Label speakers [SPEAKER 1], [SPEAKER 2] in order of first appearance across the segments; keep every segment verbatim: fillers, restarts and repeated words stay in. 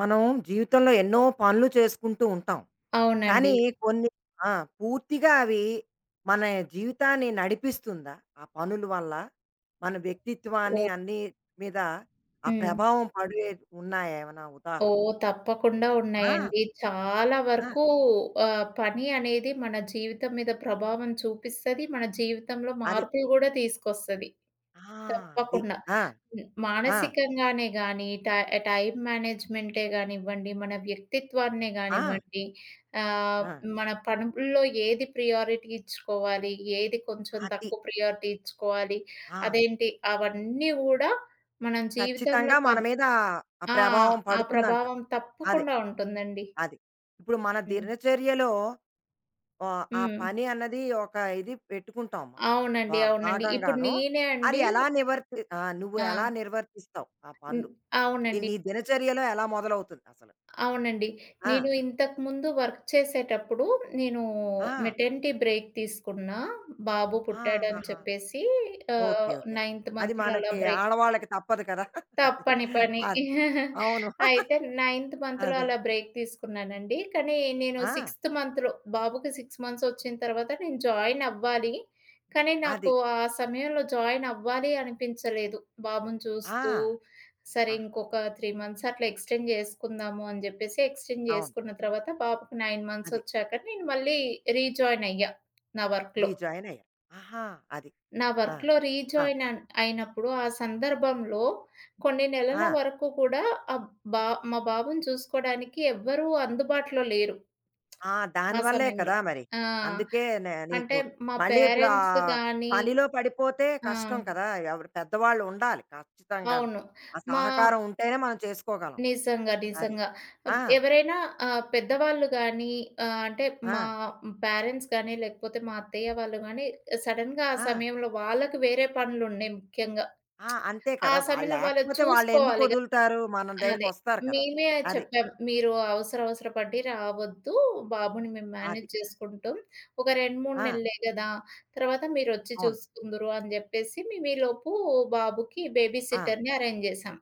[SPEAKER 1] మనం జీవితంలో ఎన్నో పనులు చేసుకుంటూ ఉంటాం. కానీ
[SPEAKER 2] అవునండి.
[SPEAKER 1] కొన్ని ఆ! పూర్తిగా అవి మన జీవితాన్ని నడిపిస్తుందా? ఆ పనుల వల్ల మన వ్యక్తిత్వాన్ని
[SPEAKER 2] ఓహ్!
[SPEAKER 1] అన్ని మీద ఆ
[SPEAKER 2] హ్మ్.
[SPEAKER 1] ప్రభావం పడే ఉన్నాయా ఏమైనా
[SPEAKER 2] ఓహ్!
[SPEAKER 1] ఉదాహరణలు?
[SPEAKER 2] తప్పకుండా
[SPEAKER 1] ఆ!
[SPEAKER 2] ఉన్నాయండి. చాలా
[SPEAKER 1] ఆ!
[SPEAKER 2] వరకు ఆహ్, పని అనేది మన జీవితం మీద ప్రభావం చూపిస్తది. మన జీవితంలో
[SPEAKER 1] అది.
[SPEAKER 2] మార్పులు గూడా తీసుకొస్తది.
[SPEAKER 1] ఆ! అది.
[SPEAKER 2] తప్పకుండా.
[SPEAKER 1] ఆ!
[SPEAKER 2] హ్మ్.
[SPEAKER 1] ఆ!
[SPEAKER 2] మానసికంగానే గాని, టై టైమ్ మేనేజ్‌మెంటే గానివ్వండి, మన వ్యక్తిత్వాన్నే
[SPEAKER 1] ఆ!
[SPEAKER 2] గానివ్వండి, ఆహ్,
[SPEAKER 1] ఆ!
[SPEAKER 2] మన పనుల్లో ఏది ప్రియారిటీ ఇచ్చుకోవాలి, ఏది కొంచెం
[SPEAKER 1] అది.
[SPEAKER 2] తక్కువ ప్రియారిటీ ఇచ్చుకోవాలి,
[SPEAKER 1] ఆ!
[SPEAKER 2] అదేంటి అవన్నీ గూడా మనం జీవితంలో
[SPEAKER 1] ఖచ్చితంగా
[SPEAKER 2] ప
[SPEAKER 1] మన మీద ఆ
[SPEAKER 2] ఆ!
[SPEAKER 1] ప్రభావం
[SPEAKER 2] ఆ
[SPEAKER 1] పడుతుందంట.
[SPEAKER 2] ప్రభావం
[SPEAKER 1] అది.
[SPEAKER 2] తప్పకుండా ఉంటుందండి.
[SPEAKER 1] అది. ఇప్పుడు మన
[SPEAKER 2] హ్మ్.
[SPEAKER 1] దినచర్యలో ఆ ఆ
[SPEAKER 2] హ్మ్.
[SPEAKER 1] పని అన్నది ఒక ఇది పెట్టుకుంటాం మనం.
[SPEAKER 2] అవునండి.
[SPEAKER 1] బా
[SPEAKER 2] అవునండి. ఇప్పుడు
[SPEAKER 1] భాగంగాను.
[SPEAKER 2] నేనే
[SPEAKER 1] అది
[SPEAKER 2] అండి.
[SPEAKER 1] ఎలా నివర్తి ఆ! నువ్వు
[SPEAKER 2] ఆ!
[SPEAKER 1] ఎలా నిర్వర్తిస్తావు ఆ
[SPEAKER 2] హ్మ్.
[SPEAKER 1] పనులు? నీ
[SPEAKER 2] అవునండి.
[SPEAKER 1] నీ దినచర్యలో ఎలా మొదలవుతుంది అసలు?
[SPEAKER 2] అవునండి.
[SPEAKER 1] ఆ!
[SPEAKER 2] నేను ఇంతకుముందు వర్క్ చేసేటప్పుడు నేను
[SPEAKER 1] ఆ!
[SPEAKER 2] మెటర్నిటీ బ్రేక్ తీసుకున్నా. బాబు
[SPEAKER 1] ఆ,
[SPEAKER 2] పుట్టాడని
[SPEAKER 1] ఆహాహా!
[SPEAKER 2] చెప్పేసి
[SPEAKER 1] ఓకే.
[SPEAKER 2] ఆహ్,
[SPEAKER 1] ఓకే.
[SPEAKER 2] నైన్త్
[SPEAKER 1] అది
[SPEAKER 2] మంత్‌లో అలా
[SPEAKER 1] మనకి
[SPEAKER 2] బ్రేక్
[SPEAKER 1] ఆడవాళ్ళకి తప్పదు కదా! అది.
[SPEAKER 2] తప్పని పని.
[SPEAKER 1] అది. అవును.
[SPEAKER 2] అయితే నైన్త్ మంత్‌లో
[SPEAKER 1] అదే.
[SPEAKER 2] అలా బ్రేక్ తీసుకున్నానండి. కానీ నేను
[SPEAKER 1] ఆ!
[SPEAKER 2] సిక్స్త్ మంత్‌లో బాబుకి ఆరు మంత్స్ వచ్చిన తర్వాత నేను జాయిన్ అవ్వాలి. కానీ
[SPEAKER 1] అది.
[SPEAKER 2] నాకు ఆ సమయంలో జాయిన్ అవ్వాలి అనిపించలేదు. బాబుని
[SPEAKER 1] ఆ!
[SPEAKER 2] చూస్తూ సరే
[SPEAKER 1] ఆహాహా!
[SPEAKER 2] ఇంకొక మూడు మంత్స్ అట్లా ఎక్స్టెండ్ చేసుకుందాము అని జెప్పేసి ఎక్స్టెండ్
[SPEAKER 1] అవును.
[SPEAKER 2] చేసుకున్న తర్వాత బాబుకి తొమ్మిది మంత్స్
[SPEAKER 1] అది.
[SPEAKER 2] వచ్చాక నేను మళ్ళీ రీజాయిన్ అయ్యా నా వర్క్‌లో.
[SPEAKER 1] రీజాయిన్ అయ్యారు. ఆహా! అది.
[SPEAKER 2] నా
[SPEAKER 1] ఆ!
[SPEAKER 2] వర్క్‌లో
[SPEAKER 1] ఆ!
[SPEAKER 2] రీజాయిన్ అన్ అయినప్పుడు ఆ సందర్భంలో కొన్ని నెలల
[SPEAKER 1] ఆ!
[SPEAKER 2] వరకు కూడా ఆహ్, బా మా బాబుని చూసుకోవడానికి ఎవ్వరూ అందుబాటులో లేరు
[SPEAKER 1] ఆ!
[SPEAKER 2] ఆ
[SPEAKER 1] దానివల్లే
[SPEAKER 2] సమయంలో.
[SPEAKER 1] కదా మరి.
[SPEAKER 2] ఆ!
[SPEAKER 1] అందుకే నే
[SPEAKER 2] అంటే
[SPEAKER 1] నీకు
[SPEAKER 2] మా
[SPEAKER 1] మళ్ళీ ఇప్పుడు ఆ
[SPEAKER 2] పేరెంట్స్ గాని.
[SPEAKER 1] పనిలో పడిపోతే
[SPEAKER 2] ఆ!
[SPEAKER 1] కష్టం కదా! ఎవరు పెద్దవాళ్ళు ఉండాలి ఖచ్చితంగాను.
[SPEAKER 2] అవును.
[SPEAKER 1] ఆ
[SPEAKER 2] మా
[SPEAKER 1] సహకారం ఉంటేనే మనం చేసుకోగలం.
[SPEAKER 2] నిజంగా.
[SPEAKER 1] అది.
[SPEAKER 2] నిజంగా. ఆహ్,
[SPEAKER 1] ఆ!
[SPEAKER 2] ఎవరైనా ఆహ్, పెద్దవాళ్ళు గానీ, ఆహ్, అంటే
[SPEAKER 1] ఆ!
[SPEAKER 2] మా పేరెంట్స్ గానీ, లేకపోతే మా అత్తయ్య వాళ్ళు గానీ సడెన్‌గా ఆ
[SPEAKER 1] ఆ!
[SPEAKER 2] సమయంలో వాళ్ళకి వేరే పనులున్నాయి ముఖ్యంగా.
[SPEAKER 1] ఆ! అంతే
[SPEAKER 2] ఆ
[SPEAKER 1] కదా! వాళ్ళు
[SPEAKER 2] సమయంలో వాళ్ళది
[SPEAKER 1] లేకపోతే వాళ్ళెందుకు
[SPEAKER 2] చూసుకోవాలి గదా!
[SPEAKER 1] వదులుతారు? మన
[SPEAKER 2] అదే.
[SPEAKER 1] దగ్గరికొస్తారు కదా!
[SPEAKER 2] మేమే
[SPEAKER 1] అది.
[SPEAKER 2] చెప్పాం, "మీరు అవసరవసర పడి రావద్దు. బాబుని మేము
[SPEAKER 1] అది.
[SPEAKER 2] మేనేజ్ జేసుకుంటాం. ఒక రెండు, మూడు
[SPEAKER 1] ఆ!
[SPEAKER 2] నెలలే గదా! తర్వాత మీరొచ్చి
[SPEAKER 1] అవును.
[SPEAKER 2] చూసుకుందురు" అని జెప్పేసి మేమీలోపు బాబుకి బేబీ
[SPEAKER 1] ఆ!
[SPEAKER 2] సిట్టర్‌ని అరేంజ్ జేసాం.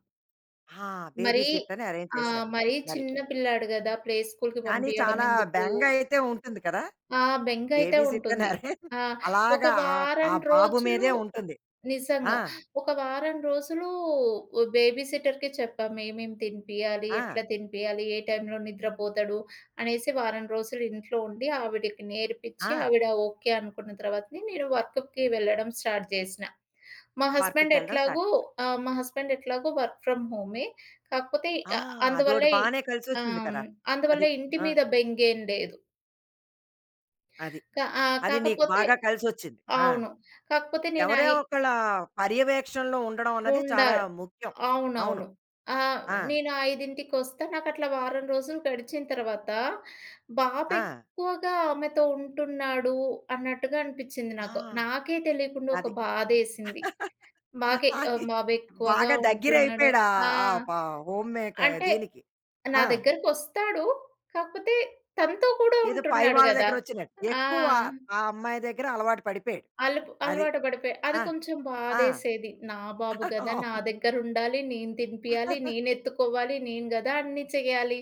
[SPEAKER 1] ఆ! బేబీ
[SPEAKER 2] మరీ
[SPEAKER 1] సిట్ అని అరేంజ్
[SPEAKER 2] ఆహ్,
[SPEAKER 1] చేశారు.
[SPEAKER 2] మరీ
[SPEAKER 1] మరి.
[SPEAKER 2] చిన్న పిల్లాడు గదా! ప్లే స్కూల్‌కి
[SPEAKER 1] కానీ
[SPEAKER 2] పంపియడం
[SPEAKER 1] చాలా
[SPEAKER 2] ఎందుకు?
[SPEAKER 1] బెంగ అయితే ఉంటుంది కదా!
[SPEAKER 2] ఆ బెంగైతే
[SPEAKER 1] బేబీ సిట్ అని
[SPEAKER 2] ఉంటుంది.
[SPEAKER 1] అరేంజ్
[SPEAKER 2] ఆ! ఒక
[SPEAKER 1] అలాగా ఆ ఆ
[SPEAKER 2] వారం
[SPEAKER 1] బాబు
[SPEAKER 2] రోజులు
[SPEAKER 1] మీదే ఉంటుంది. ఆ!
[SPEAKER 2] నిజంగా. ఒక వారం రోజులు బేబీ సిట్టర్‌కి చెప్పాం. ఏమేం తినిపియాలి?
[SPEAKER 1] ఆ!
[SPEAKER 2] ఎట్లా తినిపియాలి? ఏ టైంలో నిద్రపోతాడు? అనేసి వారం రోజులు ఇంట్లో ఉండి ఆవిడకి నేర్పిచ్చి
[SPEAKER 1] ఆ!
[SPEAKER 2] ఆవిడ ఓకే అనుకున్న తర్వాతనే నేను వర్క్‌కి వెళ్ళడం స్టార్ట్ చేసిన. మా హస్బెండ్
[SPEAKER 1] వర్క్‌కెళ్ళడం స్టార్ట్
[SPEAKER 2] ఎట్లాగో
[SPEAKER 1] చేశారు.
[SPEAKER 2] ఆహ్, మా హస్బెండ్ ఎట్లాగో వర్క్ ఫ్రమ్ హోమే. కాకపోతే
[SPEAKER 1] ఆ!
[SPEAKER 2] ఆహ్, అందువల్ల
[SPEAKER 1] అదోటి
[SPEAKER 2] ఇ
[SPEAKER 1] బానే కలిసొచ్చింది
[SPEAKER 2] ఆహ్,
[SPEAKER 1] కదా!
[SPEAKER 2] అందువల్ల
[SPEAKER 1] అది.
[SPEAKER 2] ఇంటి
[SPEAKER 1] ఆ!
[SPEAKER 2] మీద బెంగేం లేదు.
[SPEAKER 1] అది.
[SPEAKER 2] క ఆహ్,
[SPEAKER 1] అది నీకు
[SPEAKER 2] కాకపోతే
[SPEAKER 1] బాగా కలిసొచ్చింది. ఆ!
[SPEAKER 2] అవును. కాకపోతే నేను
[SPEAKER 1] ఎవరో
[SPEAKER 2] ఐ
[SPEAKER 1] ఒకళ్ళ పర్యవేక్షణలో ఉండడం అన్నది
[SPEAKER 2] ఉండా
[SPEAKER 1] చాలా ముఖ్యం. అవును.
[SPEAKER 2] అవునవును. ఆహ్,
[SPEAKER 1] ఆ!
[SPEAKER 2] నేను 5:00కొస్తా. నాకట్లా వారం రోజులు గడిచిన తర్వాత బాబు
[SPEAKER 1] ఆ!
[SPEAKER 2] ఎక్కువగా ఆమెతో ఉంటున్నాడు అన్నట్టుగా అనిపించింది
[SPEAKER 1] ఆ!
[SPEAKER 2] నాకు. నాకే తెలియకుండా ఒక
[SPEAKER 1] అది.
[SPEAKER 2] బాధేసింది. బాగే ఆహ్,
[SPEAKER 1] అది.
[SPEAKER 2] బాబు ఎక్కువగా
[SPEAKER 1] బాగా
[SPEAKER 2] ఉంటున్నాడు.
[SPEAKER 1] దగ్గరైపోయాడు
[SPEAKER 2] ఆ!
[SPEAKER 1] ఆహ్, ఆ ప హోమ్ మేకర్
[SPEAKER 2] అంటే
[SPEAKER 1] దీనికి.
[SPEAKER 2] నా
[SPEAKER 1] ఆ!
[SPEAKER 2] దగ్గరకొస్తాడు. కాకపోతే తనతో కూడా
[SPEAKER 1] ఏదో పై
[SPEAKER 2] ఉంటున్నాడు
[SPEAKER 1] వాళ్ళ
[SPEAKER 2] గదా!
[SPEAKER 1] దగ్గర వచ్చినట్టు.
[SPEAKER 2] ఆ!
[SPEAKER 1] ఎక్కువ ఆ అమ్మాయి దగ్గర అలవాటు పడిపోయాడు.
[SPEAKER 2] అలుపు
[SPEAKER 1] అది.
[SPEAKER 2] అలవాటు పడిపోయా. అది
[SPEAKER 1] ఆ!
[SPEAKER 2] కొంచెం
[SPEAKER 1] ఆ!
[SPEAKER 2] బాధేసేది. నా బాబు గదా! నా
[SPEAKER 1] అవును.
[SPEAKER 2] దగ్గరుండాలి. నేను తినిపియాలి. నేనెత్తుకోవాలి. నేను గదా! అన్నీ చేయాలి.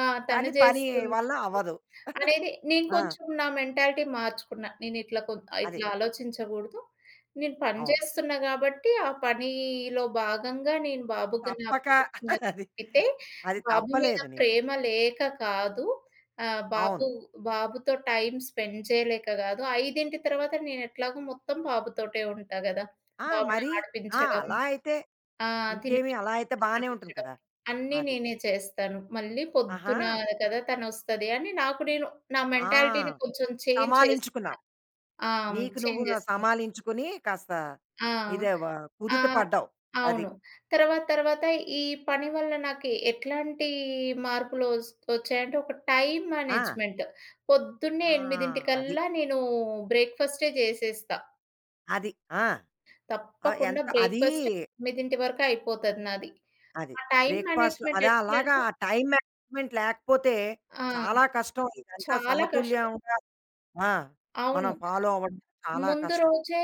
[SPEAKER 2] ఆ!
[SPEAKER 1] కానీ
[SPEAKER 2] తను
[SPEAKER 1] పని
[SPEAKER 2] జేస్తుంది
[SPEAKER 1] వల్ల అవ్వదు.
[SPEAKER 2] అనేది నేను
[SPEAKER 1] ఆ!
[SPEAKER 2] కొంచెం నా మెంటాలిటీ మార్చుకున్నా. నేనిట్లా కొ
[SPEAKER 1] అది.
[SPEAKER 2] ఇట్లా ఆలోచించగూడదు. నేను పని
[SPEAKER 1] అవును.
[SPEAKER 2] జేస్తున్నా గాబట్టి, ఆ పనిలో భాగంగా నేను బాబుకని
[SPEAKER 1] తప్పక
[SPEAKER 2] అప్పగించిన
[SPEAKER 1] అది.
[SPEAKER 2] తప్పితే,
[SPEAKER 1] అది
[SPEAKER 2] బాబు మీద
[SPEAKER 1] తప్పలేదు నీకు.
[SPEAKER 2] ప్రేమ లేక కాదు. ఆహ్,
[SPEAKER 1] అవును.
[SPEAKER 2] బాబు బాబుతో టైం స్పెండ్ చేయలేక గాదు. ఐదు తర్వాత నేనెట్లాగో మొత్తం బాబుతోటే ఉంటా గదా!
[SPEAKER 1] ఆ!
[SPEAKER 2] బాబుని
[SPEAKER 1] మరి ఆ!
[SPEAKER 2] ఆడిపించడం,
[SPEAKER 1] అలా అయితే
[SPEAKER 2] ఆ!
[SPEAKER 1] ఇంకేమి
[SPEAKER 2] తినిపి
[SPEAKER 1] అలా అయితే బానే ఉంటుంది
[SPEAKER 2] నిద్రపుచ్చడం
[SPEAKER 1] కదా!
[SPEAKER 2] అన్నీ
[SPEAKER 1] అది.
[SPEAKER 2] నేనే చేస్తాను. మళ్ళీ
[SPEAKER 1] ఆహా!
[SPEAKER 2] పొద్దున కదా తనొస్తది అని నాకు నేను నా
[SPEAKER 1] ఆ!
[SPEAKER 2] మెంటాలిటీని కొంచెం చేంజ్ చేసుకున్నా.
[SPEAKER 1] సమాలించుకున్నావు.
[SPEAKER 2] ఆ!
[SPEAKER 1] నీకు నువ్వు
[SPEAKER 2] చేంజ్
[SPEAKER 1] న
[SPEAKER 2] చేసుకున్నా.
[SPEAKER 1] సమాలించుకుని కాస్త
[SPEAKER 2] ఆ!
[SPEAKER 1] ఇదే వ కుదుట
[SPEAKER 2] ఆహ్,
[SPEAKER 1] పడ్డావు. అది.
[SPEAKER 2] అవును. తర్వాత తర్వాత ఈ పని వల్ల నాకు ఎట్లాంటి మార్పులు వస్ వచ్చాయంటే ఒక టైమ్
[SPEAKER 1] ఆ!
[SPEAKER 2] మేనేజ్‌మెంట్.
[SPEAKER 1] ఆ!
[SPEAKER 2] పొద్దున్నే
[SPEAKER 1] అది.
[SPEAKER 2] 8:00కల్లా నేను బ్రేక్‌ఫాస్టే చేసేస్తా.
[SPEAKER 1] అది. ఆ! ఆహ్,
[SPEAKER 2] తప్పకుండా
[SPEAKER 1] ఎంత అదీ
[SPEAKER 2] బ్రేక్‌ఫాస్ట్ ఎనిమిది వరకు అయిపోతది నాది.
[SPEAKER 1] అది.
[SPEAKER 2] ఆ టైమ్
[SPEAKER 1] బ్రేక్‌ఫాస్ట్‌లో
[SPEAKER 2] మేనేజ్‌మెంట్
[SPEAKER 1] అదా అలాగా
[SPEAKER 2] ఎట్లంటే
[SPEAKER 1] ఆ టైమ్ మేనేజ్‌మెంట్ లేకపోతే
[SPEAKER 2] ఆ!
[SPEAKER 1] చాలా కష్టం. ఇదంతా
[SPEAKER 2] చాలా కష్టం.
[SPEAKER 1] సమతుల్యంగా ఆ! మనం
[SPEAKER 2] అవును.
[SPEAKER 1] ఫాలో అవ్వడం చాలా
[SPEAKER 2] ముందు
[SPEAKER 1] కష్టం.
[SPEAKER 2] రోజే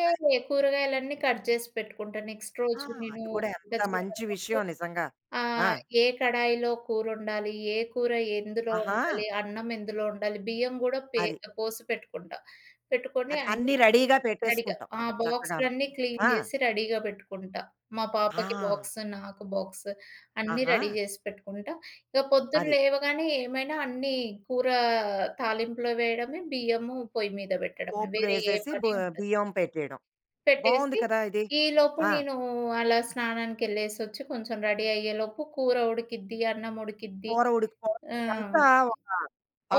[SPEAKER 2] కూరగాయలన్నీ కట్ చేసి పెట్టుకుంటా. నెక్స్ట్
[SPEAKER 1] ఆ!
[SPEAKER 2] రోజు నేను
[SPEAKER 1] అది కూడా
[SPEAKER 2] వంట
[SPEAKER 1] ఎంత
[SPEAKER 2] చేయడం
[SPEAKER 1] మంచి
[SPEAKER 2] కోసం
[SPEAKER 1] విషయం నిజంగా. ఆ!
[SPEAKER 2] ఆహ్, ఏ కడాయిలో కూరొండాలి, ఏ కూర ఎందులో
[SPEAKER 1] ఆహా!
[SPEAKER 2] వండాలి, అన్నం ఎందులో వండాలి, బియ్యం గూడా పే
[SPEAKER 1] అది.
[SPEAKER 2] పోసి పెట్టుకుంటా. పెట్టుకొని
[SPEAKER 1] అది
[SPEAKER 2] అన్
[SPEAKER 1] అన్నీ రెడీగా
[SPEAKER 2] రెడీగా.
[SPEAKER 1] పెట్టేసుకుంటాం
[SPEAKER 2] ఆ
[SPEAKER 1] అక్కడ చక్కగాను.
[SPEAKER 2] బాక్సులన్నీ క్లీన్
[SPEAKER 1] ఆ!
[SPEAKER 2] జేసి రెడీగా పెట్టుకుంటా. మా
[SPEAKER 1] ఆ!
[SPEAKER 2] పాపకి బాక్స్, నాకు బాక్స్ అన్నీ
[SPEAKER 1] ఆహా!
[SPEAKER 2] రెడీ జేసి పెట్టుకుంటా. ఇక పొద్దున్న
[SPEAKER 1] అది.
[SPEAKER 2] లేవగానే ఏమైనా అన్నీ కూర తాలింపులో వేయడమే, బియ్యము పొయ్యి మీద పెట్టడమే.
[SPEAKER 1] పోపులో
[SPEAKER 2] వేరే ఏ
[SPEAKER 1] ఏసేసి బొ
[SPEAKER 2] పని ఉండదు.
[SPEAKER 1] బియ్యం పెట్టేయడం. బావుంది
[SPEAKER 2] పెట్టేసి
[SPEAKER 1] కదా! ఇది.
[SPEAKER 2] ఈలోపు
[SPEAKER 1] ఆ!
[SPEAKER 2] నేను అలా స్నానానికెళ్ళేసొచ్చి కొంచెం రెడీ అయ్యేలోపు కూర ఉడికిద్ది, అన్నం ఉడికిద్ది.
[SPEAKER 1] కూర ఉడికిపోవడం
[SPEAKER 2] ఆ!
[SPEAKER 1] అది అంతా ఒక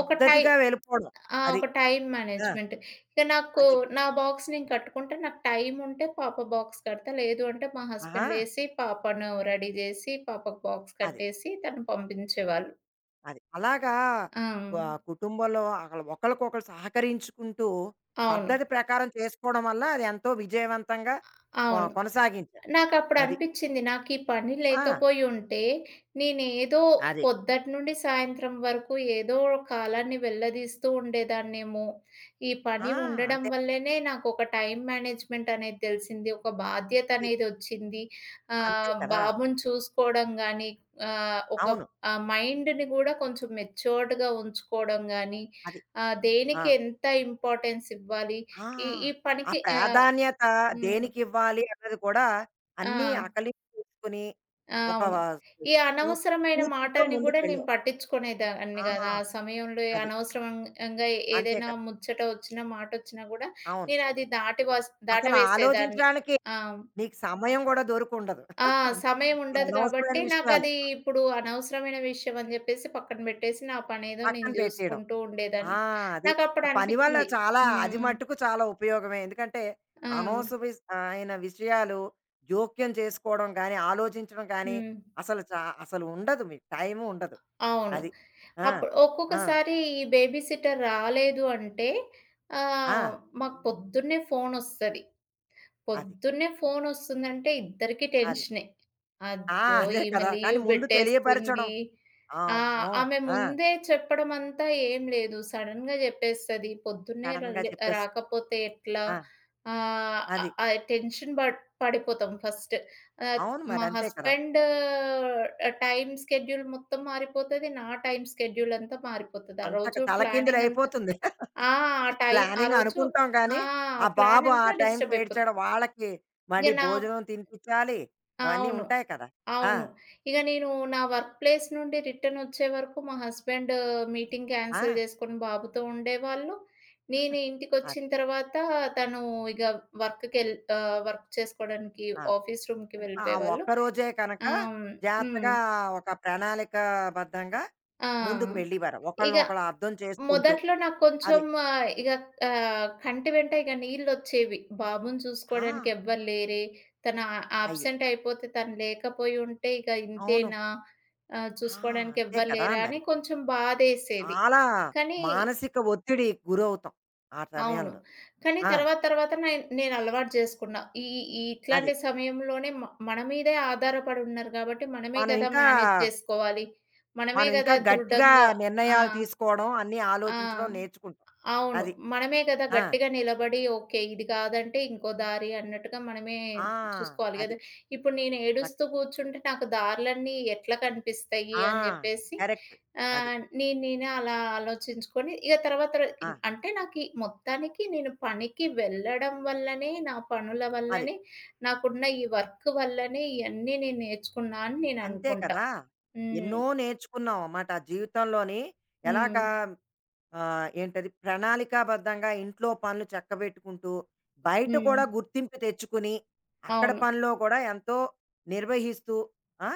[SPEAKER 2] ఒక టై
[SPEAKER 1] వెళ్ళిపోవడం.
[SPEAKER 2] ఆ!
[SPEAKER 1] అది.
[SPEAKER 2] ఒక టైమ్
[SPEAKER 1] ఆ!
[SPEAKER 2] మేనేజ్‌మెంట్. ఇక నాకు
[SPEAKER 1] అది.
[SPEAKER 2] నా బాక్స్ నేను కట్టుకుంటే నాకు టైమ్ ఉంటే పాప బాక్స్ కడతా. లేదు అంటే మా
[SPEAKER 1] ఆహా!
[SPEAKER 2] హస్బెండ్ లేసి పాపను రెడీ చేసి పాపకు బాక్స్
[SPEAKER 1] అది.
[SPEAKER 2] కట్టేసి తను పంపించేవాళ్ళు.
[SPEAKER 1] అది. అలాగా
[SPEAKER 2] ఆ!
[SPEAKER 1] వ కుటుంబంలో అక్కడ ఒకళ్ళకొకళ్ళు సహకరించుకుంటూ
[SPEAKER 2] అవును.
[SPEAKER 1] పద్ధతి ప్రకారం చేసుకోవడం వల్ల అది ఎంతో విజయవంతంగా కొ
[SPEAKER 2] అవును.
[SPEAKER 1] కొనసాగించారు.
[SPEAKER 2] నాకప్పుడు
[SPEAKER 1] అది.
[SPEAKER 2] అనిపిచ్చింది, నాకీ పని
[SPEAKER 1] ఆ!
[SPEAKER 2] లేకపోయి ఉంటే, నేనేదో
[SPEAKER 1] అది.
[SPEAKER 2] పొద్దటి నుండి సాయంత్రం వరకు ఏదో కాలాన్ని వెల్లదీస్తూ ఉండేదాన్నేమో. ఈ
[SPEAKER 1] ఆ!
[SPEAKER 2] పని ఉండడం
[SPEAKER 1] అంతే.
[SPEAKER 2] వల్లనే నాకొక టైమ్ మేనేజ్‌మెంట్ అనేది తెలిసింది. ఒక బాధ్యత
[SPEAKER 1] అది.
[SPEAKER 2] అనేదొచ్చింది.
[SPEAKER 1] అంతే
[SPEAKER 2] ఆహ్,
[SPEAKER 1] కదా!
[SPEAKER 2] బాబుని చూసుకోవడం గానీ, ఆహ్, ఒక
[SPEAKER 1] అవును.
[SPEAKER 2] ఆహ్, మైండ్‌ని గూడా కొంచెం మెచ్యూర్డ్‌గా ఉంచుకోవడం గానీ,
[SPEAKER 1] అది.
[SPEAKER 2] ఆహ్,
[SPEAKER 1] ఆ!
[SPEAKER 2] దేనికి ఎంత ఇంపార్టెన్స్ ఇవ్వాలి.
[SPEAKER 1] ఆ!
[SPEAKER 2] ఈ ఈ
[SPEAKER 1] ఆ
[SPEAKER 2] పనికి ఆహ్,
[SPEAKER 1] ప్రాధాన్యత
[SPEAKER 2] హ్మ్.
[SPEAKER 1] దేనికివ్వాలి అన్నది కూడా
[SPEAKER 2] ఆ!
[SPEAKER 1] అన్నీ ఆకలింపు చేసుకొని
[SPEAKER 2] ఆ!
[SPEAKER 1] ఒక
[SPEAKER 2] అవును. ఈ
[SPEAKER 1] స్ఫూర్
[SPEAKER 2] అనవసరమైన
[SPEAKER 1] స్ఫూర్తితో
[SPEAKER 2] మాటల్ని గూడా నేను
[SPEAKER 1] ముందుకెళ్ళావు.
[SPEAKER 2] పట్టించుకునేదాన్ని
[SPEAKER 1] ఆ!
[SPEAKER 2] గాదు. ఆ సమయంలో ఏ
[SPEAKER 1] అది.
[SPEAKER 2] అనవసరంగా
[SPEAKER 1] అంతే
[SPEAKER 2] ఏదైనా
[SPEAKER 1] కదా!
[SPEAKER 2] ముచ్చట వచ్చినా, మాటొచ్చినా గూడా
[SPEAKER 1] అవును.
[SPEAKER 2] నేనది దాటి వాస్
[SPEAKER 1] అసలు
[SPEAKER 2] దాటవేసేదాన్ని.
[SPEAKER 1] ఆలోచించడానికి
[SPEAKER 2] ఆ!
[SPEAKER 1] నీకు సమయం గూడా దొరికుండదు.
[SPEAKER 2] ఆ! సమయం ఉండదు
[SPEAKER 1] అనవసరమైన
[SPEAKER 2] కాబట్టి
[SPEAKER 1] విషయాలు
[SPEAKER 2] నాకది ఇప్పుడు అనవసరమైన విషయం అని జెప్పేసి పక్కన బెట్టేసి, నా పనేదో
[SPEAKER 1] పక్కన
[SPEAKER 2] నేను
[SPEAKER 1] పెట్టేయడం.
[SPEAKER 2] జూసుకుంటూ
[SPEAKER 1] ఆ!
[SPEAKER 2] ఉండేదాన్ని.
[SPEAKER 1] అది. ఆ
[SPEAKER 2] నాకప్పుడు
[SPEAKER 1] పని వల్ల
[SPEAKER 2] అనిపిచ్చింది.
[SPEAKER 1] చాలా
[SPEAKER 2] హ్మ్.
[SPEAKER 1] అది
[SPEAKER 2] హ్మ్.
[SPEAKER 1] మట్టుకు చాలా ఉపయోగమే. ఎందుకంటే
[SPEAKER 2] ఆ!
[SPEAKER 1] అనవసరమైన ఆయన విషయాలు జోక్యం చేసుకోవడం గానీ, ఆలోచించడం గానీ,
[SPEAKER 2] హ్మ్.
[SPEAKER 1] అసలు చా అసలు ఉండదు మీకు టైము ఉండదు.
[SPEAKER 2] అవును.
[SPEAKER 1] అది. ఆ!
[SPEAKER 2] అప్పుడు
[SPEAKER 1] ఆ!
[SPEAKER 2] ఒక్కొక్కసారి ఈ బేబీ సిట్టర్ రాలేదు అంటే
[SPEAKER 1] ఆ!
[SPEAKER 2] ఆహ్, మాకు పొద్దున్నే ఫోనొస్తది.
[SPEAKER 1] అది.
[SPEAKER 2] పొద్దున్నే ఫోనొస్తుందంటే ఇద్దరికీ
[SPEAKER 1] అది.
[SPEAKER 2] టెన్షనే.
[SPEAKER 1] ఆ!
[SPEAKER 2] అజ్జో!
[SPEAKER 1] అదే
[SPEAKER 2] ఈమె
[SPEAKER 1] కదా! కానీ
[SPEAKER 2] లీవ్
[SPEAKER 1] ముందు తెలియపరచడం.
[SPEAKER 2] బెట్టేస్తుంది. ఆ!
[SPEAKER 1] అమ్మో!
[SPEAKER 2] ఆమె
[SPEAKER 1] ఆ!
[SPEAKER 2] ముందే చెప్పడం అంతా ఏం లేదు. సడెన్‌గా జెప్పేస్తది. పొద్దున్నే
[SPEAKER 1] సడెన్‌గా
[SPEAKER 2] రలే
[SPEAKER 1] చెప్పేసి
[SPEAKER 2] రాకపోతే ఎట్లా?
[SPEAKER 1] ఆ!
[SPEAKER 2] ఆహ్,
[SPEAKER 1] అది.
[SPEAKER 2] ఆహ్, ఆ టెన్షన్ బడ్ పడిపోతాం ఫస్ట్. ఆహ్,
[SPEAKER 1] అవును మరి
[SPEAKER 2] మా
[SPEAKER 1] అంతే కదా!
[SPEAKER 2] హస్బెండ్ టైమ్ స్కెడ్యూల్ మొత్తం మారిపోతది. నా టైమ్ స్కెడ్యూల్ అంతా మారిపోతది. ఆ
[SPEAKER 1] అంతక
[SPEAKER 2] రోజు ప్లానింగ్ అంతా
[SPEAKER 1] తలకిందులయిపోతుంది.
[SPEAKER 2] ఆ! ఆ టైం ఆ
[SPEAKER 1] ప్లానింగ్
[SPEAKER 2] రోజు
[SPEAKER 1] అనుకుంటాం కానీ,
[SPEAKER 2] ఆ!
[SPEAKER 1] ఆ
[SPEAKER 2] ప్లాన్
[SPEAKER 1] బాబు ఆ
[SPEAKER 2] అంతా
[SPEAKER 1] టైంకి
[SPEAKER 2] డిస్టర్బ్ అయిపోతది.
[SPEAKER 1] ఏడ్చాడు. వాళ్ళకి
[SPEAKER 2] ఇగ
[SPEAKER 1] మళ్ళీ
[SPEAKER 2] నా
[SPEAKER 1] భోజనం తినిపించాలి. అవన్నీ
[SPEAKER 2] అవును.
[SPEAKER 1] ఉంటాయి కదా! ఆ!
[SPEAKER 2] అవును. ఇగ నేను నా వర్క్ ప్లేస్ నుండి రిటర్నొచ్చే వరకు మా హస్బెండ్ మీటింగ్ క్యాన్సిల్
[SPEAKER 1] ఆ!
[SPEAKER 2] చేసుకొని బాబుతో ఉండేవాళ్ళు. నేను
[SPEAKER 1] అది.
[SPEAKER 2] ఇంటికొచ్చిన తర్వాత తను ఇగ వర్క్‌కెళ్ ఆహ్, వర్క్ చేసుకోవడానికి
[SPEAKER 1] ఆ!
[SPEAKER 2] ఆఫీస్ రూమ్‌కి
[SPEAKER 1] అంటే ఆ
[SPEAKER 2] వెళ్ళిపోయేవాళ్ళు.
[SPEAKER 1] ఒక్క రోజే కనుక
[SPEAKER 2] ఆహ్, హ్మ్.
[SPEAKER 1] జాగ్రత్తగా ఒక ప్రణాళికాబద్ధంగా
[SPEAKER 2] ఆ!
[SPEAKER 1] ముందుకు వెళ్ళేవారు.
[SPEAKER 2] ఇగ
[SPEAKER 1] ఒకళ్ళనొకళ్ళు అర్థం చేసుకుంటూ.
[SPEAKER 2] మొదట్లో నాకు
[SPEAKER 1] అది.
[SPEAKER 2] కొంచెం ఆహ్, ఇగ ఆహ్, కంటి వెంట ఇగ నీళ్లొచ్చేవి. బాబుని
[SPEAKER 1] ఆ!
[SPEAKER 2] చూసుకోవడానికి ఎవ్వరు లేరే! తను ఆ
[SPEAKER 1] అయ్యో!
[SPEAKER 2] అబ్సెంట్ అయిపోతే, తను లేకపోయి ఉంటే ఇక
[SPEAKER 1] అవును.
[SPEAKER 2] ఇంతేనా? ఆహ్,
[SPEAKER 1] ఆ!
[SPEAKER 2] చూసుకోవడానికి
[SPEAKER 1] అంతే
[SPEAKER 2] ఎవ్వరు
[SPEAKER 1] కదా
[SPEAKER 2] లేరా? అని
[SPEAKER 1] మరి.
[SPEAKER 2] కొంచెం బాధేసేది.
[SPEAKER 1] చాలా
[SPEAKER 2] కానీ
[SPEAKER 1] మానసిక ఒత్తిడికి గురవుతాం ఆ
[SPEAKER 2] అవును.
[SPEAKER 1] సమయంలో.
[SPEAKER 2] కానీ
[SPEAKER 1] ఆ!
[SPEAKER 2] తర్వాత తర్వాత నేన్ నేను అలవాటు చేసుకున్నా. ఈ ఈ
[SPEAKER 1] అది.
[SPEAKER 2] ఇట్లాంటి సమయంలోనే మ మన మీదే ఆధారపడి ఉన్నారు కాబట్టి మనమే
[SPEAKER 1] మనం
[SPEAKER 2] గదా!
[SPEAKER 1] ఇంకా
[SPEAKER 2] మేనేజ్ చేసుకోవాలి. మనమే
[SPEAKER 1] మనం ఇంకా
[SPEAKER 2] గదా!
[SPEAKER 1] గట్టిగా
[SPEAKER 2] దృఢంగా. ఆ!
[SPEAKER 1] నిర్ణయాలు తీసుకోవడం, అన్నీ
[SPEAKER 2] ఆ!
[SPEAKER 1] ఆలోచించడం నేర్చుకుంటాం.
[SPEAKER 2] అవును.
[SPEAKER 1] అది.
[SPEAKER 2] మనమే గదా!
[SPEAKER 1] ఆ!
[SPEAKER 2] గట్టిగా నిలబడి ఓకే, ఇది కాదంటే ఇంకో దారి అన్నట్టుగా మనమే
[SPEAKER 1] ఆ!
[SPEAKER 2] చూసుకోవాలి
[SPEAKER 1] అది.
[SPEAKER 2] గదా! ఇప్పుడు నేను
[SPEAKER 1] రక్
[SPEAKER 2] ఏడుస్తూ కూర్చుంటే నాకు దారులన్నీ ఎట్లా కనిపిస్తాయి
[SPEAKER 1] ఆ!
[SPEAKER 2] అని జెప్పేసి
[SPEAKER 1] కరెక్ట్. అది.
[SPEAKER 2] ఆహ్, నేను నేనే అలా ఆలోచించుకొని ఇగ తర్వాత రో
[SPEAKER 1] ఆ!
[SPEAKER 2] అంటే నాకీ మొత్తానికి నేను పనికి వెళ్ళడం వల్లనే, నా పనుల
[SPEAKER 1] అది.
[SPEAKER 2] వల్లనే, నాకున్న ఈ వర్క్ వల్లనే ఇయన్నీ నేను నేర్చుకున్నా అని
[SPEAKER 1] అంతే
[SPEAKER 2] నేననుకుంటా.
[SPEAKER 1] కదా!
[SPEAKER 2] హ్మ్.
[SPEAKER 1] ఎన్నో నేర్చుకున్నాం అన్నమాట. ఆ జీవితంలోని
[SPEAKER 2] హ్మ్.
[SPEAKER 1] ఎలాగా ఆ, ఏంటది ప్రణాళికాబద్ధంగా ఇంట్లో పనులు చక్కబెట్టుకుంటూ బయట
[SPEAKER 2] హ్మ్.
[SPEAKER 1] కూడా గుర్తింపు తెచ్చుకుని అక్కడ
[SPEAKER 2] అవును.
[SPEAKER 1] పనిలో కూడా ఎంతో నిర్వహిస్తూ ఆ,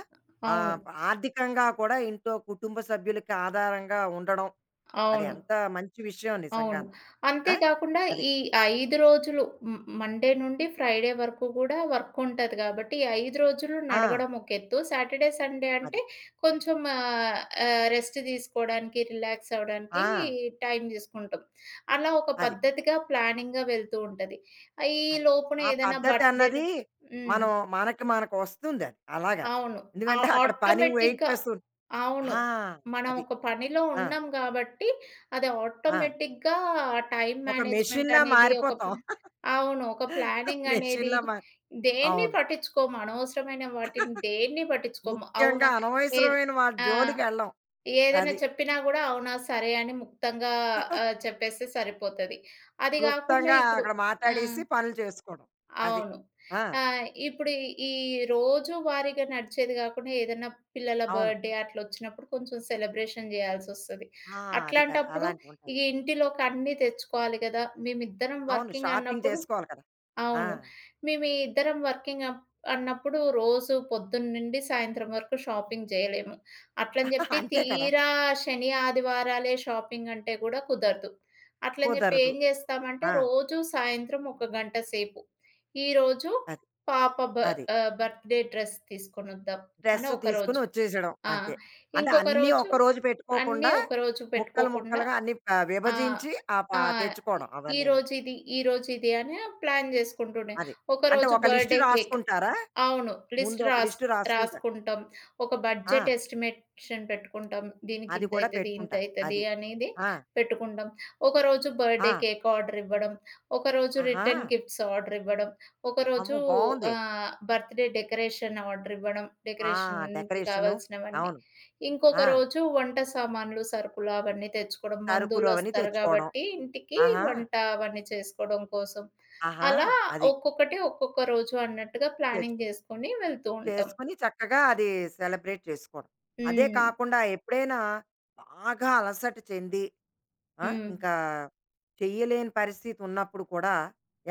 [SPEAKER 1] ఆ,
[SPEAKER 2] అవును.
[SPEAKER 1] ఆర్థికంగా కూడా ఇంట్లో కుటుంబ సభ్యులకి ఆధారంగా ఉండడం అది
[SPEAKER 2] అవును.
[SPEAKER 1] ఎంత మంచి విషయం
[SPEAKER 2] అవును.
[SPEAKER 1] నిజంగాను
[SPEAKER 2] అంతే
[SPEAKER 1] ఆ?
[SPEAKER 2] గాకుండా
[SPEAKER 1] అది
[SPEAKER 2] ఈ ఐదు రోజులు మ్ మండే నుండి ఫ్రైడే వరకు గూడా వర్కుంటది గాబట్టి, ఈ ఐదు రోజులు
[SPEAKER 1] ఆ
[SPEAKER 2] నడవడం ఒక ఎత్తు. సాటర్‌డే, సండే అంటే
[SPEAKER 1] అది
[SPEAKER 2] కొంచెం ఆహ్, ఆహ్, రెస్ట్ తీసుకోడానికి, రిలాక్స్
[SPEAKER 1] ఆ
[SPEAKER 2] అవ్వడానికి టైం తీసుకుంటాం. అలా ఒక
[SPEAKER 1] అది
[SPEAKER 2] పద్ధతిగా, ప్లానింగ్‌గా వెళ్తూ ఉంటది. ఆహ్, ఈ
[SPEAKER 1] అది
[SPEAKER 2] లోపున
[SPEAKER 1] ఆ
[SPEAKER 2] ఏదైనా
[SPEAKER 1] పద్ధతి
[SPEAKER 2] బర్త్‌డేలు.
[SPEAKER 1] అన్నది
[SPEAKER 2] హ్మ్.
[SPEAKER 1] మనం మనకి మనకు వస్తుంది అది అలాగా
[SPEAKER 2] అవును. ఆ
[SPEAKER 1] ఎందుకంటే అక్కడ పని వెయిట్
[SPEAKER 2] ఆటోమేటిక్‌గా.
[SPEAKER 1] చేస్తుంది
[SPEAKER 2] అవును.
[SPEAKER 1] ఆ
[SPEAKER 2] మనం
[SPEAKER 1] అది
[SPEAKER 2] ఒక పనిలో
[SPEAKER 1] ఆ
[SPEAKER 2] ఉన్నాం గాబట్టి, అది
[SPEAKER 1] ఆ
[SPEAKER 2] ఆటోమేటిక్‌గా ఆ టైమ్
[SPEAKER 1] ఒక
[SPEAKER 2] మేనేజ్‌మెంట్
[SPEAKER 1] మెషిన్‌లా
[SPEAKER 2] అనేది ఒక
[SPEAKER 1] మారిపోతాం.
[SPEAKER 2] ప్ల అవును, ఒక ప్లానింగ్ అనేది
[SPEAKER 1] మెషిన్‌లా మారి
[SPEAKER 2] దేన్ని
[SPEAKER 1] అవును.
[SPEAKER 2] పట్టించుకోము. అనవసరమైన వాటిని దేన్ని పట్టించుకోము.
[SPEAKER 1] ముఖ్యంగా
[SPEAKER 2] అవునా? ఏది
[SPEAKER 1] అనవసరమైన వాటి
[SPEAKER 2] ఆ!
[SPEAKER 1] జోలికెళ్ళం.
[SPEAKER 2] ఏదైనా
[SPEAKER 1] అది.
[SPEAKER 2] చెప్పినా గూడా అవునా? సరే అని ముక్తంగా ఆహ్, చెప్పేస్తే సరిపోతది. అది గాకుండా
[SPEAKER 1] క్లుప్తంగా
[SPEAKER 2] ఇప్పుడు
[SPEAKER 1] అక్కడ
[SPEAKER 2] ఆ!
[SPEAKER 1] మాట్లాడేసి పనులు చేసుకోవడం. అది.
[SPEAKER 2] అవును.
[SPEAKER 1] ఆ!
[SPEAKER 2] ఆహ్, ఇప్పుడు ఈ రోజువారీగా నడిచేది గాకుండా ఏదన్నా పిల్లల
[SPEAKER 1] అవును.
[SPEAKER 2] బర్త్‌డే అట్లొచ్చినప్పుడు కొంచెం సెలబ్రేషన్ జేయాల్సొస్తది.
[SPEAKER 1] ఆ! అది కదా!
[SPEAKER 2] అట్లాంటప్పుడు
[SPEAKER 1] అలాంటివుంటాయి.
[SPEAKER 2] ఈ ఇంటిలోకన్నీ తెచ్చుకోవాలి గదా! మేమిద్దరం
[SPEAKER 1] అవును.
[SPEAKER 2] వర్కింగ్
[SPEAKER 1] షాపింగ్
[SPEAKER 2] అన్నప్పుడు
[SPEAKER 1] చేసుకోవాలి కదా! ఆ!
[SPEAKER 2] అవును. మేమీ ఇద్దరం వర్కింగ్ అప్ అన్నప్పుడు రోజు పొద్దున్నుండి సాయంత్రం వరకు షాపింగ్ జెయలేము. అట్లని జెప్పి
[SPEAKER 1] అంతే కదా!
[SPEAKER 2] తీరా శని, ఆదివారాలే షాపింగంటే గూడా కుదరదు. అట్లని జెప్పి
[SPEAKER 1] కుదరదు.
[SPEAKER 2] ఏం జేస్తామంటే,
[SPEAKER 1] ఆ!
[SPEAKER 2] రోజూ సాయంత్రం ఒక గంట సేపు, ఈరోజు
[SPEAKER 1] అది.
[SPEAKER 2] పాప బ
[SPEAKER 1] అది.
[SPEAKER 2] ఆహ్, బర్త్‌డే డ్రెస్ తీసుకొనొద్దాం అని
[SPEAKER 1] డ్రెస్ తీసుకొని
[SPEAKER 2] ఒకరోజు.
[SPEAKER 1] వచ్చేసేయడం
[SPEAKER 2] ఆ!
[SPEAKER 1] అంతే. అంటే
[SPEAKER 2] ఇంకొక
[SPEAKER 1] అన్నీ
[SPEAKER 2] రోజు
[SPEAKER 1] ఒక్కరోజు
[SPEAKER 2] అన్నీ
[SPEAKER 1] పెట్టుకోకుండా
[SPEAKER 2] ఒకరోజు
[SPEAKER 1] ముక్కలు,
[SPEAKER 2] పెట్టుకోకుండా.
[SPEAKER 1] ముక్కలుగా అన్నీ ఆహ్,
[SPEAKER 2] ఆ!
[SPEAKER 1] విభజించి ఆ ప
[SPEAKER 2] ఆ!
[SPEAKER 1] తెచ్చుకోవడం అవన్నీను.
[SPEAKER 2] ఈరోజు ఇది, ఈరోజు ఇది అని ప్లాన్ జేసుకుంటుండే.
[SPEAKER 1] అది. అంటే
[SPEAKER 2] ఒకరోజు
[SPEAKER 1] ఒక లిస్ట్
[SPEAKER 2] బర్త్‌డే కేక్.
[SPEAKER 1] రాసుకుంటారా?
[SPEAKER 2] అవును.
[SPEAKER 1] ముందు
[SPEAKER 2] లిస్ట్
[SPEAKER 1] ఒక
[SPEAKER 2] రాస్
[SPEAKER 1] లిస్ట్ రాసుకుంటారు.
[SPEAKER 2] రాసుకుంటాం. ఒక
[SPEAKER 1] ఆ!
[SPEAKER 2] బడ్జెట్ ఎస్టిమేషన్ పెట్టుకుంటాం. దీనికి
[SPEAKER 1] అది కూడా
[SPEAKER 2] ఇంతయితది,
[SPEAKER 1] పెట్టుకుంటారు.
[SPEAKER 2] ఇంతయితది
[SPEAKER 1] అది.
[SPEAKER 2] అనేది
[SPEAKER 1] ఆ!
[SPEAKER 2] పెట్టుకుంటాం. ఒకరోజు బర్త్‌డే
[SPEAKER 1] ఆ!
[SPEAKER 2] కేక్ ఆర్డర్ ఇవ్వడం, ఒకరోజు
[SPEAKER 1] ఆహా!
[SPEAKER 2] రిటర్న్ గిఫ్ట్స్ ఆర్డర్ ఇవ్వడం, ఒకరోజు
[SPEAKER 1] అమ్మో! బావుంది.
[SPEAKER 2] ఆహ్, బర్త్‌డే డెకరేషన్ ఆర్డర్ ఇవ్వడం,
[SPEAKER 1] ఆ!
[SPEAKER 2] డెకరేషన్‌కి
[SPEAKER 1] డెకరేషను.
[SPEAKER 2] కావాల్సినవన్నీ.
[SPEAKER 1] అవును.
[SPEAKER 2] ఇంకొక
[SPEAKER 1] ఆ!
[SPEAKER 2] రోజు వంట సామాన్లు, సరుకులు అవన్నీ తెచ్చుకోవడం.
[SPEAKER 1] సరుకులు అవన్నీ
[SPEAKER 2] బంధువులొస్తారు
[SPEAKER 1] తెచ్చుకోవడం.
[SPEAKER 2] కాబట్టి ఇంటికి
[SPEAKER 1] ఆహా!
[SPEAKER 2] వంట అవన్నీ చేసుకోవడం కోసం.
[SPEAKER 1] ఆహా!
[SPEAKER 2] అలా
[SPEAKER 1] అది.
[SPEAKER 2] ఒక్కొక్కటి ఒక్కొక్క రోజు అన్నట్టుగా ప్లానింగ్
[SPEAKER 1] తెచ్చుకుంటాం.
[SPEAKER 2] జేసుకొని వెళ్తూ ఉంటాం.
[SPEAKER 1] చేసుకొని చక్కగా అది సెలబ్రేట్ చేసుకోవడం. అదే
[SPEAKER 2] హ్మ్.
[SPEAKER 1] కాకుండా ఎప్పుడైనా బాగా అలసట చెంది ఆ!
[SPEAKER 2] హ్మ్.
[SPEAKER 1] ఇంకా చెయ్యలేని పరిస్థితి ఉన్నప్పుడు కూడా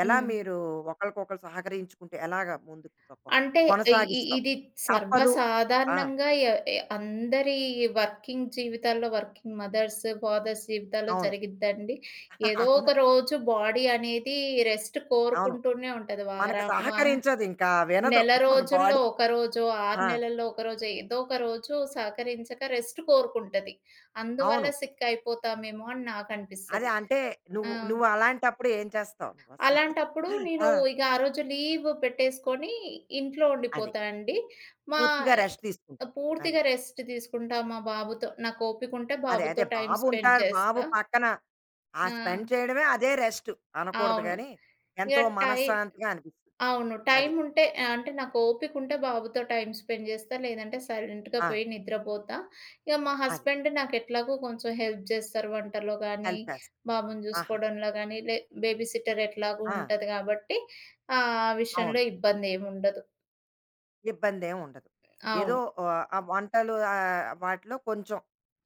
[SPEAKER 1] ఎలా
[SPEAKER 2] హ్మ్.
[SPEAKER 1] మీరు ఒకళ్ళకొకళ్ళు సహకరించుకుంటే ఎలాగా ముందుకు సొ
[SPEAKER 2] అంటే ఇ ఇ
[SPEAKER 1] కొనసాగిస్తావు?
[SPEAKER 2] ఇది
[SPEAKER 1] తప్పదు. ఆ!
[SPEAKER 2] సర్వసాధారణంగా ఎ ఎ అందరి వర్కింగ్ జీవితాల్లో, వర్కింగ్ మదర్స్, ఫాదర్స్ జీవితాల్లో
[SPEAKER 1] అవును.
[SPEAKER 2] జరిగిద్దండి. ఏదో
[SPEAKER 1] అవును.
[SPEAKER 2] ఒక రోజు బాడీ అనేది రెస్ట్
[SPEAKER 1] అవును.
[SPEAKER 2] కోరుకుంటూనే ఉంటది.
[SPEAKER 1] మనకి
[SPEAKER 2] వారం వార
[SPEAKER 1] సహకరించదింకా వినదు
[SPEAKER 2] నెల
[SPEAKER 1] మన
[SPEAKER 2] రోజుల్లో
[SPEAKER 1] బాడీ.
[SPEAKER 2] ఒక రోజో, ఆరు
[SPEAKER 1] ఆ!
[SPEAKER 2] నెలల్లో ఒక రోజో ఏదో ఒక రోజు సహకరించక రెస్ట్ కోరుకుంటది. అందువల్ల
[SPEAKER 1] అవును.
[SPEAKER 2] సిక్ అయిపోతామేమో అని
[SPEAKER 1] అదే
[SPEAKER 2] నాకనిపిస్తది.
[SPEAKER 1] అంటే
[SPEAKER 2] ఆ!
[SPEAKER 1] నువ్వు నువ్వు అలాంటప్పుడు ఏం చేస్తావు నువ్వసలు?
[SPEAKER 2] అలాంటప్పుడు నేను
[SPEAKER 1] ఆ!
[SPEAKER 2] ఇక ఆ రోజు లీవ్ పెట్టేసుకొని ఇంట్లో
[SPEAKER 1] అది.
[SPEAKER 2] ఉండిపోతా అండి. మా
[SPEAKER 1] పూర్తిగా రెస్ట్ తీసుకుంటావు. అది.
[SPEAKER 2] పూర్తిగా రెస్ట్ తీసుకుంటా మా బాబుతో. నాకు ఓపికుంటే
[SPEAKER 1] అదే. అదే.
[SPEAKER 2] బాబుతో టైమ్
[SPEAKER 1] బాబు
[SPEAKER 2] స్పెండ్
[SPEAKER 1] ఉంటారు. బాబు
[SPEAKER 2] చేస్తా.
[SPEAKER 1] పక్కన ఆ
[SPEAKER 2] ఆ!
[SPEAKER 1] స్పెండ్ చేయడమే అదే రెస్ట్ అనకూడదు
[SPEAKER 2] అవును.
[SPEAKER 1] గానీ,
[SPEAKER 2] ఇక
[SPEAKER 1] ఎంతో
[SPEAKER 2] టై
[SPEAKER 1] మనశ్శాంతిగా అనిపిస్తుంది.
[SPEAKER 2] అవును.
[SPEAKER 1] అది.
[SPEAKER 2] టైముంటే ఆహ్, అంటే నాకు ఓపికుంటే బాబుతో టైమ్ స్పెండ్ జేస్తా. లేదంటే సైలెంట్‌గా
[SPEAKER 1] ఆ!
[SPEAKER 2] పోయి నిద్రపోతా. ఇగ మా
[SPEAKER 1] అది.
[SPEAKER 2] హస్బెండ్ నాకెట్లాగో కొంచెం హెల్ప్ జేస్తారు వంటలో గానీ,
[SPEAKER 1] హెల్ప్ చేస్తా.
[SPEAKER 2] బాబుని
[SPEAKER 1] ఆహాహా!
[SPEAKER 2] జూసుకోవడంలో గానీ. లే బేబీ సిట్టర్ ఎట్లాగో
[SPEAKER 1] ఆ!
[SPEAKER 2] ఉంటది గాబట్టి ఆహ్, ఆ
[SPEAKER 1] అవును.
[SPEAKER 2] విషయంలో ఇబ్బందేముండదు.
[SPEAKER 1] ఇబ్బందేం ఉండదు. ఏదో
[SPEAKER 2] అవును.
[SPEAKER 1] ఆహ్, ఆ వంటలు ఆహ్, వాటిలో కొంచెం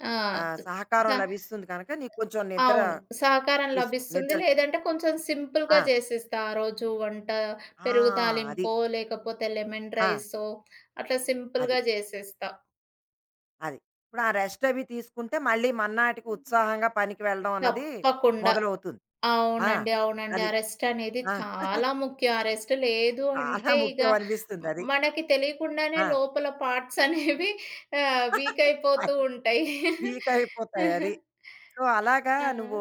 [SPEAKER 2] ఆ!
[SPEAKER 1] ఆహ్,
[SPEAKER 2] స
[SPEAKER 1] సహకారం లభిస్తుంది కనుక నీకు కొంచెం నిద్ర
[SPEAKER 2] అవును. సహకారం
[SPEAKER 1] తీసుకు
[SPEAKER 2] లభిస్తుంది.
[SPEAKER 1] నిద్ర
[SPEAKER 2] లేదంటే కొంచెం
[SPEAKER 1] ఆ!
[SPEAKER 2] సింపుల్‌గా జేసేస్తా ఆ రోజు వంట.
[SPEAKER 1] ఆ!
[SPEAKER 2] పెరుగు
[SPEAKER 1] అది.
[SPEAKER 2] తాలింపో, లేకపోతే లెమన్
[SPEAKER 1] ఆ!
[SPEAKER 2] రైసో అట్లా
[SPEAKER 1] అది.
[SPEAKER 2] సింపుల్‌గా జేసేస్తా.
[SPEAKER 1] అది. ఇప్పుడు ఆ రెస్ట్ అవి తీసుకుంటే మళ్ళీ మర్నాటికి ఉత్సాహంగా పనికి వెళ్ళడం అన్నది
[SPEAKER 2] తప్పకుండా.
[SPEAKER 1] మొదలవుతుంది. ఆ!
[SPEAKER 2] అవునండి. అవునండి. ఆ
[SPEAKER 1] అది.
[SPEAKER 2] రెస్ట్ అనేది
[SPEAKER 1] ఆ!
[SPEAKER 2] చాలా ముఖ్యం. ఆ రెస్ట్ లేదు
[SPEAKER 1] చాలా
[SPEAKER 2] అంటే ఇగ
[SPEAKER 1] ముఖ్యం అనిపిస్తుంది
[SPEAKER 2] మ్
[SPEAKER 1] అది.
[SPEAKER 2] మనకి తెలియకుండానే
[SPEAKER 1] ఆ!
[SPEAKER 2] లోపల పార్ట్స్ అనేవి ఆహ్, వీక్ అయిపోతూ
[SPEAKER 1] అది.
[SPEAKER 2] ఉంటాయి.
[SPEAKER 1] వీక్ అయిపోతాయి అది. సో, అలాగా
[SPEAKER 2] ఆ!
[SPEAKER 1] నువ్వు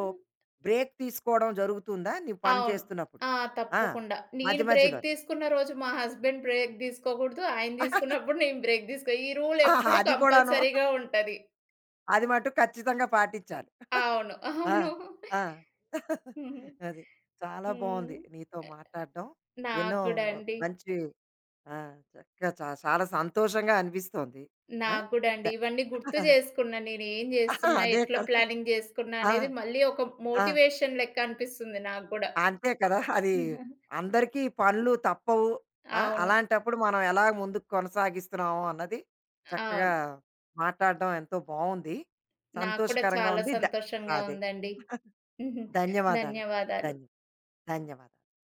[SPEAKER 1] బ్రేక్ తీసుకోవడం జరుగుతుందా? నువ్వు పని
[SPEAKER 2] అవును.
[SPEAKER 1] చేస్తున్నప్పుడు?
[SPEAKER 2] ఆ!
[SPEAKER 1] ఆ!
[SPEAKER 2] తప్పకుండా. నేను
[SPEAKER 1] మధ్య
[SPEAKER 2] బ్రేక్
[SPEAKER 1] మధ్యలోని.
[SPEAKER 2] తీసుకున్న రోజు మా హస్బెండ్ బ్రేక్ తీసుకోకూడదు. ఆయన తీసుకున్నప్పుడు నేను బ్రేక్ తీసుకో ఈ రూల్
[SPEAKER 1] ఆ!
[SPEAKER 2] ఎప్పుడు
[SPEAKER 1] అది కూడాను.
[SPEAKER 2] కంపల్సరీగా ఉంటది.
[SPEAKER 1] అది మటుకు ఖచ్చితంగా పాటించాలి.
[SPEAKER 2] అవును.
[SPEAKER 1] ఆ!
[SPEAKER 2] అవును.
[SPEAKER 1] ఆ!
[SPEAKER 2] హుహు.
[SPEAKER 1] అది. చాలా
[SPEAKER 2] హ్మ్.
[SPEAKER 1] బావుంది నీతో మాట్లాడడం.
[SPEAKER 2] నాకు
[SPEAKER 1] ఎన్నో
[SPEAKER 2] గూడా అండి.
[SPEAKER 1] మంచి ఆ! చక్కగా చా చాలా సంతోషంగా అనిపిస్తోంది. ఆ!
[SPEAKER 2] నాకు గూడా
[SPEAKER 1] ద
[SPEAKER 2] అండి. ఇవన్నీ గుర్తు చేసుకున్నా. నేనేం జేస్తున్నా,
[SPEAKER 1] అదే
[SPEAKER 2] ఎట్లా
[SPEAKER 1] కదా!
[SPEAKER 2] ప్లానింగ్ జేసుకున్నా
[SPEAKER 1] ఆ!
[SPEAKER 2] అనేది మళ్ళీ ఒక
[SPEAKER 1] ఆ!
[SPEAKER 2] మోటివేషన్ లెక్క అనిపిస్తుంది నాకు గూడా.
[SPEAKER 1] అంతే కదా! అది అందరికీ పనులు తప్పవు. ఆ!
[SPEAKER 2] అవును.
[SPEAKER 1] అలాంటప్పుడు మనం ఎలా ముందుకు కొనసాగిస్తున్నాము అన్నది చక్కగా
[SPEAKER 2] అవును.
[SPEAKER 1] మాట్లాడడం ఎంతో బావుంది.
[SPEAKER 2] నాకు కూడా
[SPEAKER 1] సంతోషకరంగా
[SPEAKER 2] చాలా
[SPEAKER 1] ఉంది. ద
[SPEAKER 2] సంతోషంగా
[SPEAKER 1] అదే.
[SPEAKER 2] ఉందండి.
[SPEAKER 1] ధన్యవాదాలండి.
[SPEAKER 2] ధన్యవాదాలు.
[SPEAKER 1] ధన్య ధన్యవాదాలు.